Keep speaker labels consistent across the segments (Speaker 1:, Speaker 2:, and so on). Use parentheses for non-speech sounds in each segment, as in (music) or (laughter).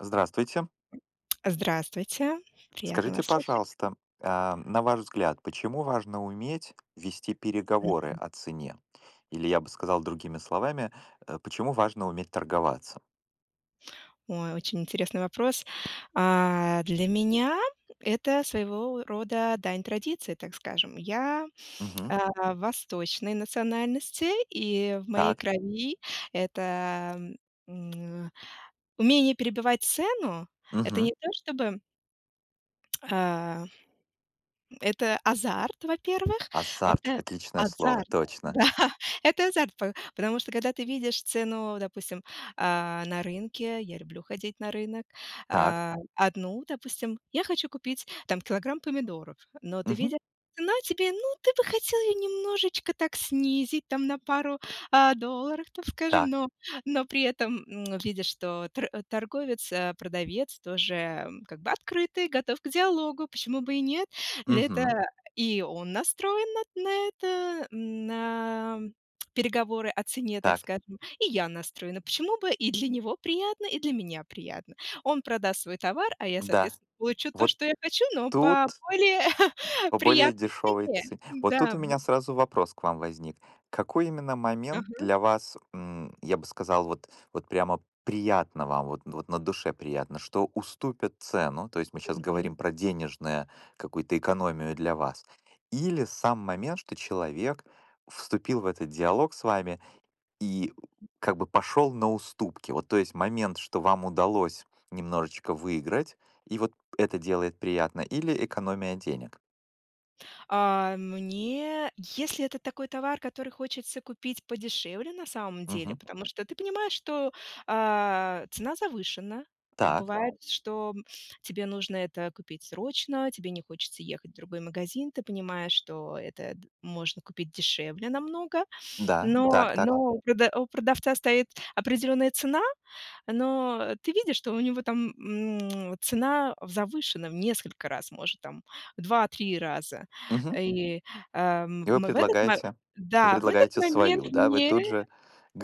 Speaker 1: Здравствуйте.
Speaker 2: Здравствуйте, приятно
Speaker 1: Скажите,
Speaker 2: вас слышать.
Speaker 1: пожалуйста, на ваш взгляд, почему важно уметь вести
Speaker 2: М,
Speaker 1: переговоры о цене? Или я бы сказал другими словами, почему важно уметь торговаться?
Speaker 2: Ой, очень интересный вопрос. Для меня это своего рода дань традиции, так скажем. Я
Speaker 1: Мгм.
Speaker 2: а, восточной национальности, и в моей
Speaker 1: Так.
Speaker 2: крови это м, умение перебивать цену. Это
Speaker 1: Мгм.
Speaker 2: не то, чтобы. (tsk) Это азарт, во-первых.
Speaker 1: Азарт.
Speaker 2: Во-вторых,
Speaker 1: Отличное слово.
Speaker 2: азарт.
Speaker 1: Точно.
Speaker 2: Да, (laughs) это азарт, по потому что когда ты видишь цену, допустим, на рынке, я люблю ходить на рынок,
Speaker 1: Так.
Speaker 2: 1, допустим, я хочу купить там килограмм помидоров, но ты
Speaker 1: Мгм.
Speaker 2: видишь, цена тебе, ну, ты бы хотел ее немножечко так снизить там на пару, долларов, так скажем,
Speaker 1: Так.
Speaker 2: но при этом, видишь, что торговец, продавец тоже, как бы открытый, готов к диалогу, почему бы и нет? Это,
Speaker 1: Мгм.
Speaker 2: и он настроен на это, на переговоры о цене, так
Speaker 1: Так.
Speaker 2: скажем, и я настроена. Почему бы, и для него приятно, и для меня приятно. Он продаст свой товар, а я,
Speaker 1: Да.
Speaker 2: соответственно, получу то,
Speaker 1: Вот
Speaker 2: что я хочу, но по
Speaker 1: тут
Speaker 2: более (laughs)
Speaker 1: По более
Speaker 2: приятной
Speaker 1: дешевой
Speaker 2: цене.
Speaker 1: цене. Вот тут
Speaker 2: Да,
Speaker 1: у
Speaker 2: б
Speaker 1: меня сразу вопрос к вам возник. Какой именно момент
Speaker 2: ага.
Speaker 1: для вас, я бы сказал, вот прямо приятно вам, вот на душе приятно, что уступят цену? То есть мы сейчас говорим про денежное, какую-то экономию для вас. Или сам момент, что человек вступил в этот диалог с вами и как бы пошел на уступки. Вот то есть момент, что вам удалось немножечко выиграть, и вот это делает приятно, или экономия денег?
Speaker 2: Мне, если это такой товар, который хочется купить подешевле на самом деле,
Speaker 1: Мгм.
Speaker 2: потому что ты понимаешь, что, цена завышена.
Speaker 1: Так,
Speaker 2: Бывает, да, что тебе нужно это купить срочно, тебе не хочется ехать в другой магазин, ты понимаешь, что это д можно купить дешевле намного. Да,
Speaker 1: да,
Speaker 2: но
Speaker 1: так, так.
Speaker 2: у продавца стоит определенная цена, но ты видишь, что у него там, цена в завышена в несколько раз, может, там, в 2-3 раза.
Speaker 1: Мгм.
Speaker 2: И,
Speaker 1: И
Speaker 2: в
Speaker 1: вы
Speaker 2: м в этот мо
Speaker 1: предлагаете
Speaker 2: Да, в этот момент
Speaker 1: свою, да? Вы
Speaker 2: мне
Speaker 1: тут же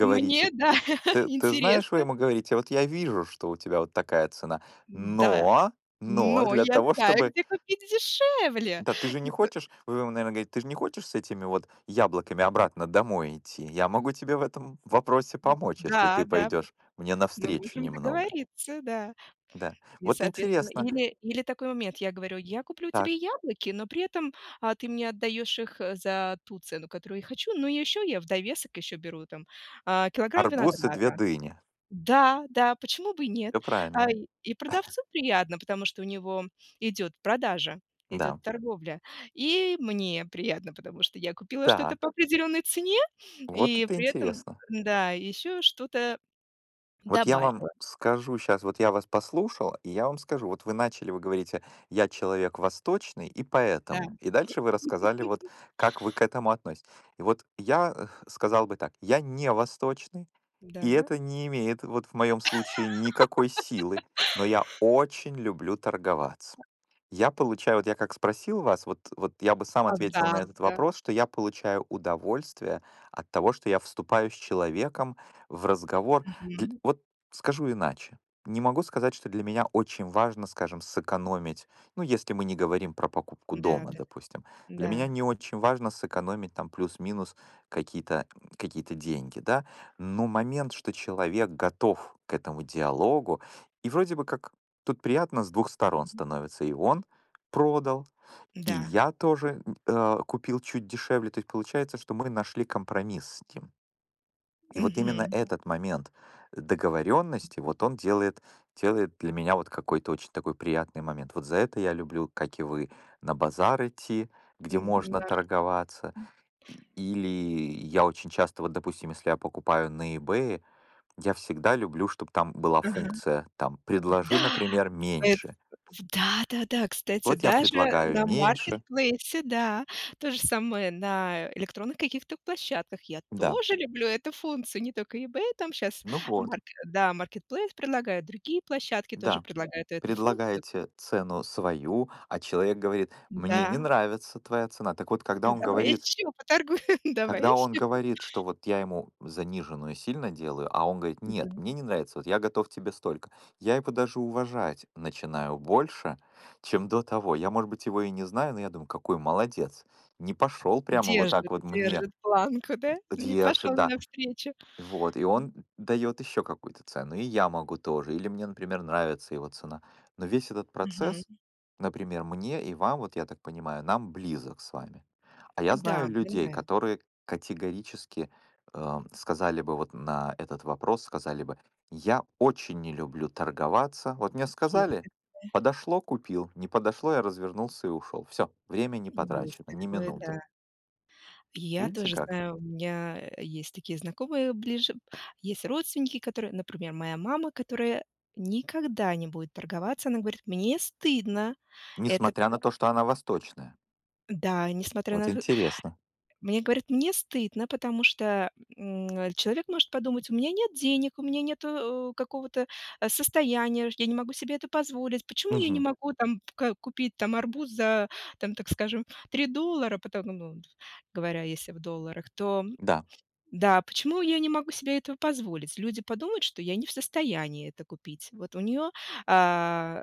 Speaker 2: мне, да, (laughs)
Speaker 1: "Ты знаешь", вы
Speaker 2: интересно.
Speaker 1: ему говорите: "Вот я вижу, что у тебя вот такая цена,
Speaker 2: Да,
Speaker 1: но но
Speaker 2: но
Speaker 1: для
Speaker 2: я
Speaker 1: того,
Speaker 2: знаю,
Speaker 1: чтобы".
Speaker 2: где купить дешевле.
Speaker 1: Да, ты же не
Speaker 2: И п
Speaker 1: хочешь, вы ему, наверное, говорите: "Ты же не хочешь с этими вот яблоками обратно домой идти? Я могу тебе в этом вопросе помочь, если
Speaker 2: Да,
Speaker 1: ты
Speaker 2: да,
Speaker 1: пойдешь мне
Speaker 2: мы
Speaker 1: навстречу
Speaker 2: можем
Speaker 1: немного".
Speaker 2: договориться, да.
Speaker 1: Да.
Speaker 2: И,
Speaker 1: Вот
Speaker 2: соответственно,
Speaker 1: интересно.
Speaker 2: или такой момент, я говорю: "Я куплю тебе
Speaker 1: Так,
Speaker 2: яблоки, но при этом, ты мне отдаешь их, за ту цену, которую я хочу". Но еще я в довесок еще беру там, килограмм
Speaker 1: арбуз и 2
Speaker 2: винограда.
Speaker 1: дыни.
Speaker 2: Да, да, почему бы и нет?
Speaker 1: Всё правильно.
Speaker 2: И продавцу приятно, потому что у него идет продажа, идет
Speaker 1: Да.
Speaker 2: торговля. И мне приятно, потому что я купила что-то по
Speaker 1: Так.
Speaker 2: определенной цене
Speaker 1: Вот
Speaker 2: и
Speaker 1: это
Speaker 2: при этом,
Speaker 1: интересно.
Speaker 2: да, еще что-то
Speaker 1: Вот я вам
Speaker 2: добавила.
Speaker 1: скажу сейчас, вот я вас послушал, и я вам скажу, вот вы начали, вы говорите, я человек восточный, и
Speaker 2: Да,
Speaker 1: поэтому. И дальше вы рассказали, вот как вы к этому относитесь. И вот я сказал бы так, я не восточный, и
Speaker 2: да.
Speaker 1: это не имеет вот в моем случае никакой силы, но я очень люблю торговаться. Я получаю, вот я как спросил вас, вот, вот я бы сам ответил на
Speaker 2: Азарт,
Speaker 1: этот
Speaker 2: да.
Speaker 1: вопрос, что я получаю удовольствие от того, что я вступаю с человеком в разговор. Вот скажу иначе. Не могу сказать, что для меня очень важно, скажем, сэкономить, ну, если мы не говорим про покупку
Speaker 2: Да,
Speaker 1: дома, мгм,
Speaker 2: да,
Speaker 1: допустим. Для
Speaker 2: да.
Speaker 1: меня не очень важно сэкономить там плюс-минус какие-то какие деньги, да. Но момент, что человек готов к этому диалогу, и вроде бы как тут приятно с двух сторон
Speaker 2: Мгм.
Speaker 1: становится. И он продал, и
Speaker 2: Да.
Speaker 1: я тоже, купил чуть дешевле. То есть получается, что мы нашли компромисс с ним. И вот именно
Speaker 2: Мгм.
Speaker 1: этот момент договоренности, вот он делает для меня вот какой-то очень такой приятный момент. Вот за это я люблю, как и вы, на базар идти, где
Speaker 2: М,
Speaker 1: можно
Speaker 2: нар
Speaker 1: торговаться. Или я очень часто, вот, допустим, если я покупаю на "Ebay", я всегда люблю, чтобы там была
Speaker 2: Ага.
Speaker 1: функция, там: "Предложи, например,
Speaker 2: Эт
Speaker 1: меньше".
Speaker 2: Да-да-да, кстати,
Speaker 1: Вот я
Speaker 2: даже
Speaker 1: предлагаю
Speaker 2: на
Speaker 1: меньше.
Speaker 2: маркетплейсе, да. То же самое на электронных каких-то площадках. Я
Speaker 1: Да,
Speaker 2: тоже люблю эту функцию, не только eBay, там сейчас.
Speaker 1: ну вот,
Speaker 2: Да, маркетплейс предлагает, другие площадки тоже
Speaker 1: да.
Speaker 2: предлагают эту функцию.
Speaker 1: Предлагаете цену свою, а человек говорит, мне не
Speaker 2: Да,
Speaker 1: нравится твоя цена. Так вот,
Speaker 2: а давай еще поторгуем, (laughs) давай
Speaker 1: когда он
Speaker 2: еще.
Speaker 1: говорит, что вот я ему заниженную сильно делаю, а он говорит, нет,
Speaker 2: Мгм.
Speaker 1: мне не нравится, вот я готов тебе столько. Я его даже уважать начинаю больше, чем до того. Я, может быть, его и не знаю, но я думаю, какой молодец. Не пошел прямо вот так
Speaker 2: Держит,
Speaker 1: вот мне
Speaker 2: держит планку, да? Не пошел
Speaker 1: держит, да,
Speaker 2: навстречу.
Speaker 1: вот, и он дает еще какую-то цену, и я могу тоже, или мне, например, нравится его цена. Но весь этот
Speaker 2: Мгм.
Speaker 1: процесс, например, мне и вам, вот я так понимаю, нам близок с вами. А я
Speaker 2: Да,
Speaker 1: знаю
Speaker 2: мне
Speaker 1: людей,
Speaker 2: нравится.
Speaker 1: которые категорически сказали бы вот на этот вопрос, сказали бы, я очень не люблю торговаться. Вот мне
Speaker 2: Есть
Speaker 1: сказали, подошло, купил, не подошло, я развернулся и ушел. Все, время не
Speaker 2: есть
Speaker 1: потрачено, ни
Speaker 2: такое,
Speaker 1: минуты.
Speaker 2: да. Я
Speaker 1: Видите
Speaker 2: тоже
Speaker 1: как?
Speaker 2: знаю, у меня, есть такие знакомые ближе, есть родственники, которые, например, моя мама, которая никогда не будет торговаться. Она говорит: "Мне стыдно это
Speaker 1: Несмотря
Speaker 2: пода"
Speaker 1: на то, что она восточная.
Speaker 2: Да, несмотря на.
Speaker 1: Вот интересно.
Speaker 2: Мне говорят: "Мне стыдно, потому что, человек может подумать: у меня нет денег, у меня нет какого-то, состояния, я не могу себе это позволить. Почему я не
Speaker 1: Мгм.
Speaker 2: могу там ка купить там арбуз за, там, так скажем, $3?" Потом, ну, говоря, если в долларах, то
Speaker 1: Да.
Speaker 2: да, почему я не могу себе этого позволить? Люди подумают, что я не в состоянии это купить. Вот у нее а,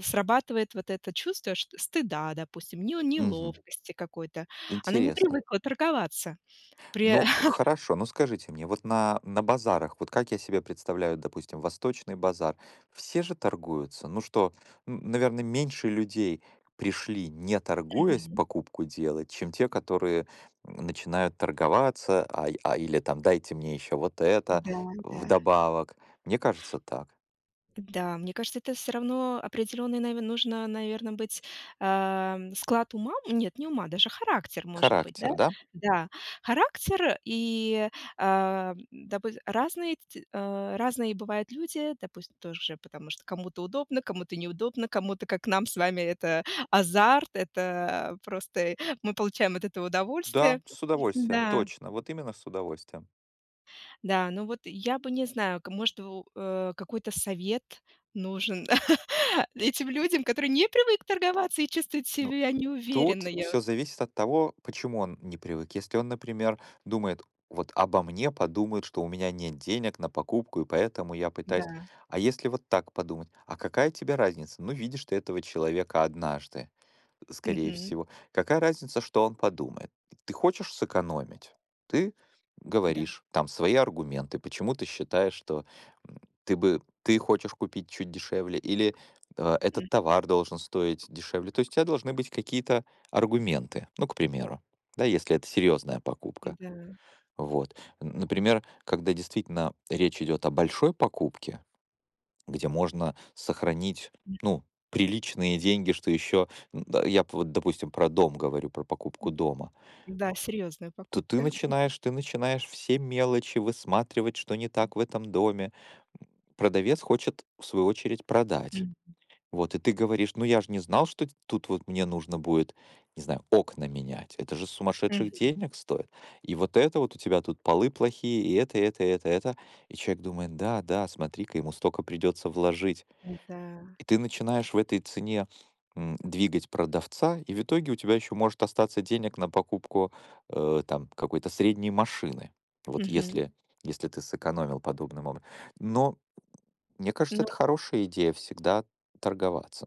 Speaker 2: срабатывает вот это чувство шт стыда, допустим, не
Speaker 1: Мгм.
Speaker 2: неловкости какой-то. Она не
Speaker 1: Интересно.
Speaker 2: привыкла торговаться. При
Speaker 1: Ну,
Speaker 2: (laughs)
Speaker 1: хорошо. Ну, скажите мне, вот на базарах, вот как я себе представляю, допустим, восточный базар, все же торгуются? Ну что, наверное, меньше людей пришли, не торгуясь,
Speaker 2: Мгм.
Speaker 1: покупку делать, чем те, которые, начинают торговаться, или там: "Дайте мне еще вот это
Speaker 2: Да, да.
Speaker 1: вдобавок". Мне кажется так.
Speaker 2: Да, мне кажется, это все равно определенный, наверно, нужно, наверно, быть, склад ума, нет, не ума, даже характер, может быть, да?
Speaker 1: Характер, да?
Speaker 2: Да, характер и, а, допу разные т а, разные бывают люди, допустим, тоже, потому что кому-то удобно, кому-то неудобно, кому-то, как нам с вами, это азарт, это просто мы получаем от этого удовольствие.
Speaker 1: Да, с удовольствием,
Speaker 2: Да.
Speaker 1: точно. Вот именно с удовольствием.
Speaker 2: Да, ну вот я бы не знаю, к может, какой-то совет нужен (laughs) этим людям, которые не привык торговаться и чувствуют
Speaker 1: Ну,
Speaker 2: себя неуверенно.
Speaker 1: тут
Speaker 2: Я вот.
Speaker 1: все зависит от того, почему он не привык. Если он, например, думает: "Вот обо мне подумают, что у меня нет денег на покупку, и поэтому я пытаюсь".
Speaker 2: Да.
Speaker 1: А если вот так подумать: "А какая тебе разница? Ну, видишь ты этого человека однажды". Скорее
Speaker 2: Мгм.
Speaker 1: всего. Какая разница, что он подумает? Ты хочешь сэкономить? Ты
Speaker 2: Да.
Speaker 1: говоришь там свои аргументы, почему ты считаешь, что м, ты хочешь купить чуть дешевле, или
Speaker 2: М,
Speaker 1: этот товар должен стоить дешевле. То есть у тебя должны быть какие-то аргументы. Ну, к примеру, да, если это серьезная покупка.
Speaker 2: да.
Speaker 1: Вот. Например, когда действительно речь идет о большой покупке, где можно сохранить,
Speaker 2: М,
Speaker 1: ну, приличные деньги, что еще, да, я вот, допустим, про дом говорю, про покупку дома,
Speaker 2: Да, серьезная
Speaker 1: то
Speaker 2: покупка.
Speaker 1: ты начинаешь все мелочи высматривать, что не так в этом доме. Продавец хочет, в свою очередь, продать.
Speaker 2: М.
Speaker 1: Вот, и ты говоришь, ну я же не знал, что тут вот мне нужно будет, не знаю, окна менять. Это же сумасшедших
Speaker 2: Мгм.
Speaker 1: денег стоит. И вот это вот у тебя тут полы плохие, и это, и это, и это, и это. И человек думает, да, да, смотри-ка, ему столько придется вложить.
Speaker 2: Да.
Speaker 1: И ты начинаешь в этой цене, двигать продавца, и в итоге у тебя еще может остаться денег на покупку, там, какой-то средней машины. Вот
Speaker 2: Мгм.
Speaker 1: если если ты сэкономил подобным образом. Но мне кажется,
Speaker 2: Ну,
Speaker 1: это хорошая идея всегда торговаться.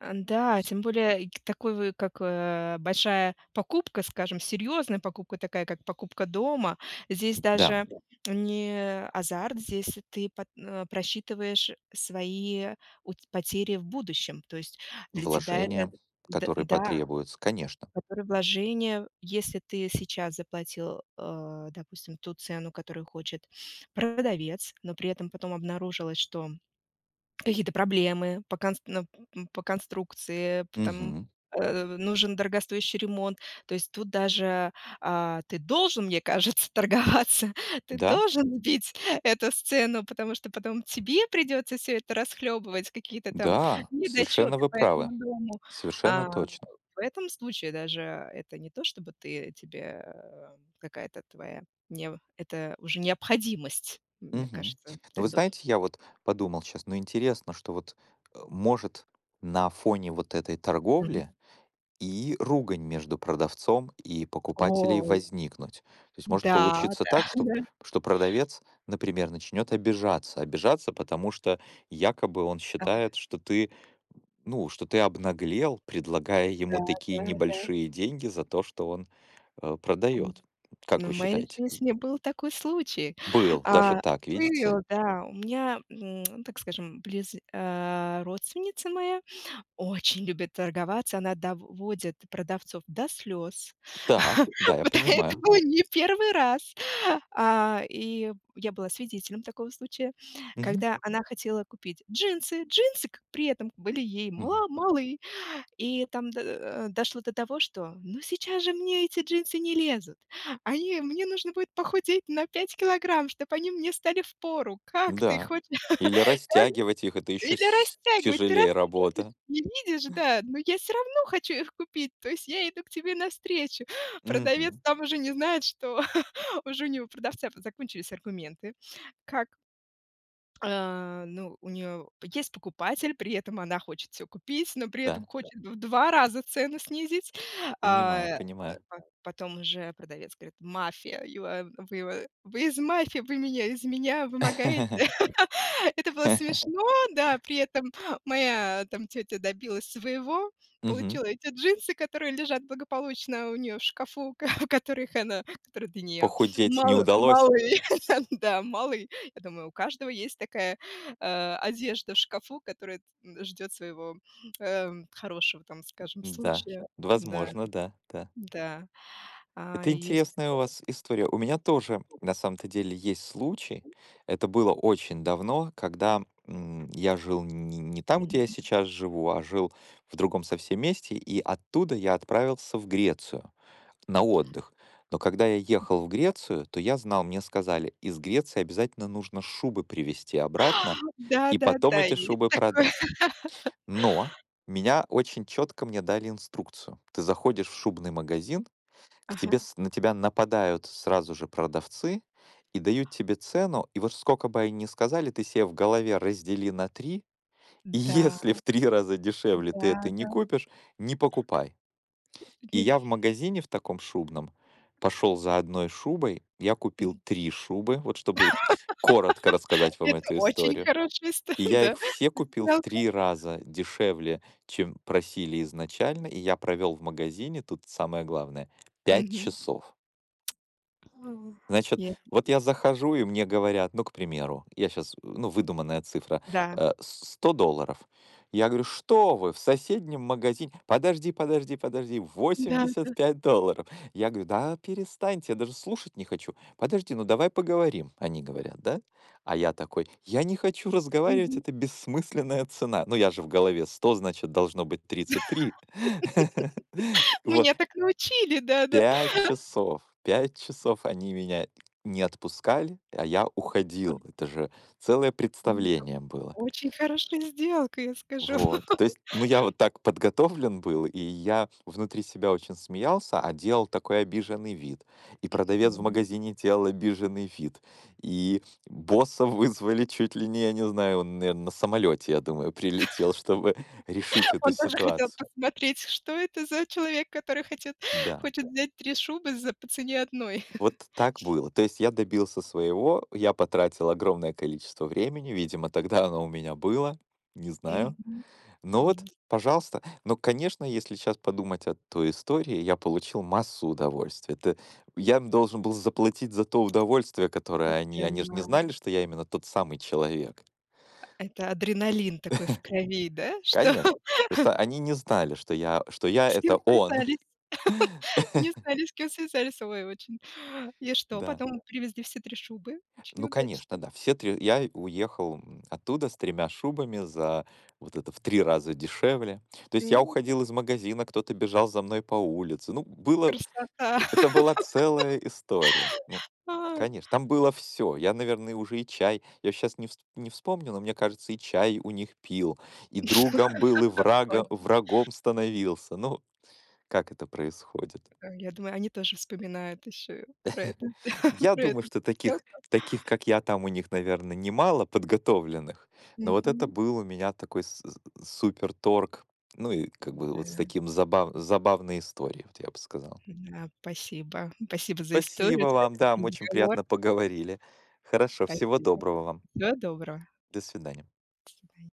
Speaker 2: Да, тем более и к такой вы, как, большая покупка, скажем, серьезная покупка, такая как покупка дома. Здесь
Speaker 1: Да,
Speaker 2: даже не азарт, здесь ты просчитываешь свои ут потери в будущем. То есть для тебя это
Speaker 1: вложения,
Speaker 2: д
Speaker 1: которые
Speaker 2: да,
Speaker 1: потребуются, конечно.
Speaker 2: которые вложения, если ты сейчас заплатил, допустим, ту цену, которую хочет продавец, но при этом потом обнаружилось, что какие-то проблемы по конст ну, по конструкции, п там,
Speaker 1: Мгм.
Speaker 2: нужен дорогостоящий ремонт. То есть тут даже, ты должен, мне кажется, (laughs) торговаться, ты
Speaker 1: Да,
Speaker 2: должен сбить эту сцену, потому что потом тебе придется все это расхлебывать, какие-то там
Speaker 1: да, совершенно
Speaker 2: недочеты
Speaker 1: вы
Speaker 2: по этому
Speaker 1: правы.
Speaker 2: дому.
Speaker 1: Совершенно,
Speaker 2: А,
Speaker 1: ага, точно.
Speaker 2: в этом случае даже это не то, чтобы ты тебе, какая-то твоя не, это уже необходимость, мне
Speaker 1: Мгм.
Speaker 2: кажется.
Speaker 1: Ну,
Speaker 2: Ты
Speaker 1: вы
Speaker 2: до
Speaker 1: знаете, я вот подумал сейчас. Ну, интересно, что вот, может, на фоне вот этой
Speaker 2: Мгм.
Speaker 1: торговли и ругань между продавцом и покупателей
Speaker 2: О,
Speaker 1: возникнуть. То есть может
Speaker 2: да,
Speaker 1: получиться
Speaker 2: да,
Speaker 1: так, что продавец, например, начнет обижаться. Обижаться, потому что якобы он считает,
Speaker 2: (laughs)
Speaker 1: что ты, ну, что ты обнаглел, предлагая
Speaker 2: да,
Speaker 1: ему такие
Speaker 2: да, да, да.
Speaker 1: небольшие деньги за то, что он,
Speaker 2: М,
Speaker 1: продает. Как
Speaker 2: ну, в
Speaker 1: вы
Speaker 2: моей
Speaker 1: считаете?
Speaker 2: жизни был такой случай.
Speaker 1: Был, даже
Speaker 2: А,
Speaker 1: так,
Speaker 2: Был,
Speaker 1: видите?
Speaker 2: да. У меня, ну, так скажем, родственница моя очень любит торговаться. Она доводит продавцов до слез.
Speaker 1: Так, да,
Speaker 2: (laughs)
Speaker 1: я
Speaker 2: Вот это
Speaker 1: понимаю.
Speaker 2: был (laughs) не первый раз. И я была свидетелем такого случая,
Speaker 1: Мгм,
Speaker 2: когда она хотела купить джинсы. Джинсы к при этом были ей
Speaker 1: мгм.
Speaker 2: мала малы. И там дошло до того, что: "Ну, сейчас же мне эти джинсы не лезут. Они, мне нужно будет похудеть на 5 килограмм, чтобы они мне стали впору. Как ты
Speaker 1: Да.
Speaker 2: хочешь,
Speaker 1: Или
Speaker 2: как?
Speaker 1: растягивать их — это еще
Speaker 2: Или растягивать? Ты раз
Speaker 1: тяжелее
Speaker 2: не
Speaker 1: работа.
Speaker 2: видишь? Не видишь, да, но я все равно хочу их купить, то есть я иду к тебе навстречу". Продавец
Speaker 1: Мгм.
Speaker 2: там уже не знает, что (laughs) уже у него, у продавца, закончились аргументы, как. Ну, у нее есть покупатель, при этом она хочет все купить, но при этом,
Speaker 1: Да,
Speaker 2: да, хочет в 2 раза цену снизить.
Speaker 1: понимаю,
Speaker 2: А, э,
Speaker 1: понимаю.
Speaker 2: по Потом уже продавец говорит: "Мафия, you are вы из мафии, вы меня из меня вымогаете".
Speaker 1: (laughs)
Speaker 2: (laughs) Это было смешно, да. При этом моя, там, тетя добилась своего,
Speaker 1: Мгм.
Speaker 2: получила эти джинсы, которые лежат благополучно у нее в шкафу, (laughs) ко в которых она которые для неё
Speaker 1: Похудеть не удалось?
Speaker 2: малы. (laughs) Да, малый. Я думаю, у каждого есть такая, одежда в шкафу, которая, ждет своего, хорошего, там, скажем,
Speaker 1: Да,
Speaker 2: случая. Да,
Speaker 1: возможно, да, да.
Speaker 2: да,
Speaker 1: Это
Speaker 2: есть.
Speaker 1: интересная у вас история. У меня тоже, на самом-то деле, есть случай. Это было очень давно, когда, я жил не там, где я
Speaker 2: Мгм.
Speaker 1: сейчас живу, а жил в другом совсем месте, и оттуда я отправился в Грецию. На отдых. Но когда я ехал в Грецию, то я знал, мне сказали, из Греции обязательно нужно шубы привезти обратно
Speaker 2: (gasps)
Speaker 1: и потом
Speaker 2: Да-да-да,
Speaker 1: эти
Speaker 2: есть
Speaker 1: шубы
Speaker 2: такое.
Speaker 1: продать. Но меня очень четко мне дали инструкцию. Ты заходишь в шубный магазин, к
Speaker 2: Ага.
Speaker 1: тебе, на тебя нападают сразу же продавцы и дают тебе цену, и вот сколько бы они ни сказали, ты себе в голове раздели на три, и
Speaker 2: Да,
Speaker 1: если в три раза дешевле ты это не
Speaker 2: да-да.
Speaker 1: купишь, не покупай. И
Speaker 2: Нет,
Speaker 1: я в магазине в таком шубном пошел за одной шубой. Я
Speaker 2: м,
Speaker 1: купил 3 шубы, вот чтобы коротко рассказать вам
Speaker 2: это
Speaker 1: эту
Speaker 2: очень
Speaker 1: историю.
Speaker 2: хорошая ст
Speaker 1: И
Speaker 2: (laughs)
Speaker 1: я
Speaker 2: да,
Speaker 1: их все купил в
Speaker 2: сделка.
Speaker 1: 3 раза дешевле, чем просили изначально. И я провел в магазине, тут самое главное, пять
Speaker 2: Мгм.
Speaker 1: часов.
Speaker 2: Мгм.
Speaker 1: Значит,
Speaker 2: Е
Speaker 1: вот я захожу, и мне говорят, ну, к примеру, я сейчас, ну, выдуманная цифра,
Speaker 2: Да,
Speaker 1: э, с- долларов. Я говорю, что вы, в соседнем магазине, подожди, подожди, подожди,
Speaker 2: да,
Speaker 1: $85. Я говорю, да перестаньте, я даже слушать не хочу. Подожди, ну давай поговорим, они говорят, да? А я такой, я не хочу разговаривать,
Speaker 2: мгм.
Speaker 1: это бессмысленная цена. Ну, я же в голове 100, значит, должно быть 33. (laughs) Вот,
Speaker 2: Меня так научили, да-да.
Speaker 1: 5 часов, 5 часов они меня не отпускали, а я уходил. Это же целое представление было.
Speaker 2: Очень хорошая сделка, я скажу.
Speaker 1: Вот. То есть, ну, я вот так подготовлен был, и я внутри себя очень смеялся, а делал такой обиженный вид. И продавец в
Speaker 2: (laughs)
Speaker 1: магазине делал обиженный вид. И босса вызвали чуть ли не, я не знаю, он, наверное, на самолете, я думаю, прилетел, чтобы решить эту
Speaker 2: Он даже хотел
Speaker 1: ситуацию.
Speaker 2: посмотреть, что это за человек, который хочет
Speaker 1: Да.
Speaker 2: взять 3 шубы за по цене одной.
Speaker 1: Вот так было. То есть я добился своего, я потратил огромное количество времени, видимо, тогда оно у меня было, не
Speaker 2: Мгм.
Speaker 1: знаю. Но
Speaker 2: М,
Speaker 1: вот, пожалуйста. Но, конечно, если сейчас подумать о той истории, я получил массу удовольствия. Это, я им должен был заплатить за то удовольствие,
Speaker 2: это
Speaker 1: которое они... Они же не
Speaker 2: да.
Speaker 1: знали, что я именно тот самый человек.
Speaker 2: Это адреналин такой в крови, да? (laughs) Что
Speaker 1: Конечно. Просто они не знали, что я
Speaker 2: с кем
Speaker 1: это он.
Speaker 2: связались? Не знали, с кем связались. Ой, очень. И
Speaker 1: (laughs)
Speaker 2: что,
Speaker 1: Да.
Speaker 2: потом привезли все 3 шубы? Очень
Speaker 1: Ну,
Speaker 2: удачно.
Speaker 1: конечно, да. Все 3. Я уехал, оттуда с тремя шубами за вот это в 3 раза дешевле. То есть я
Speaker 2: М,
Speaker 1: уходил из магазина, кто-то бежал за мной по улице. Ну, было
Speaker 2: Красота.
Speaker 1: это
Speaker 2: (laughs)
Speaker 1: была целая история. Ну, конечно, там было все. Я, наверное, уже и чай я сейчас не вспомню, но мне кажется, и чай у них пил, и другом был, и
Speaker 2: А, ой,
Speaker 1: врага врагом становился. Ну, как это происходит?
Speaker 2: я думаю, они тоже вспоминают еще про это. (laughs)
Speaker 1: Я
Speaker 2: Про эту
Speaker 1: думаю, что
Speaker 2: сделку.
Speaker 1: таких, как я, там у них, наверно, немало подготовленных. Но вот это
Speaker 2: Мгм.
Speaker 1: был у меня такой с супер торг. Ну и как бы
Speaker 2: Да.
Speaker 1: вот с таким забавной историей, вот я бы сказал.
Speaker 2: Да, спасибо. Спасибо за историю,
Speaker 1: Спасибо вам, да, мы
Speaker 2: спасибо за
Speaker 1: очень
Speaker 2: разговор.
Speaker 1: приятно поговорили. Хорошо, всего
Speaker 2: Спасибо.
Speaker 1: доброго вам.
Speaker 2: Всего доброго.
Speaker 1: До свидания.
Speaker 2: До свидания.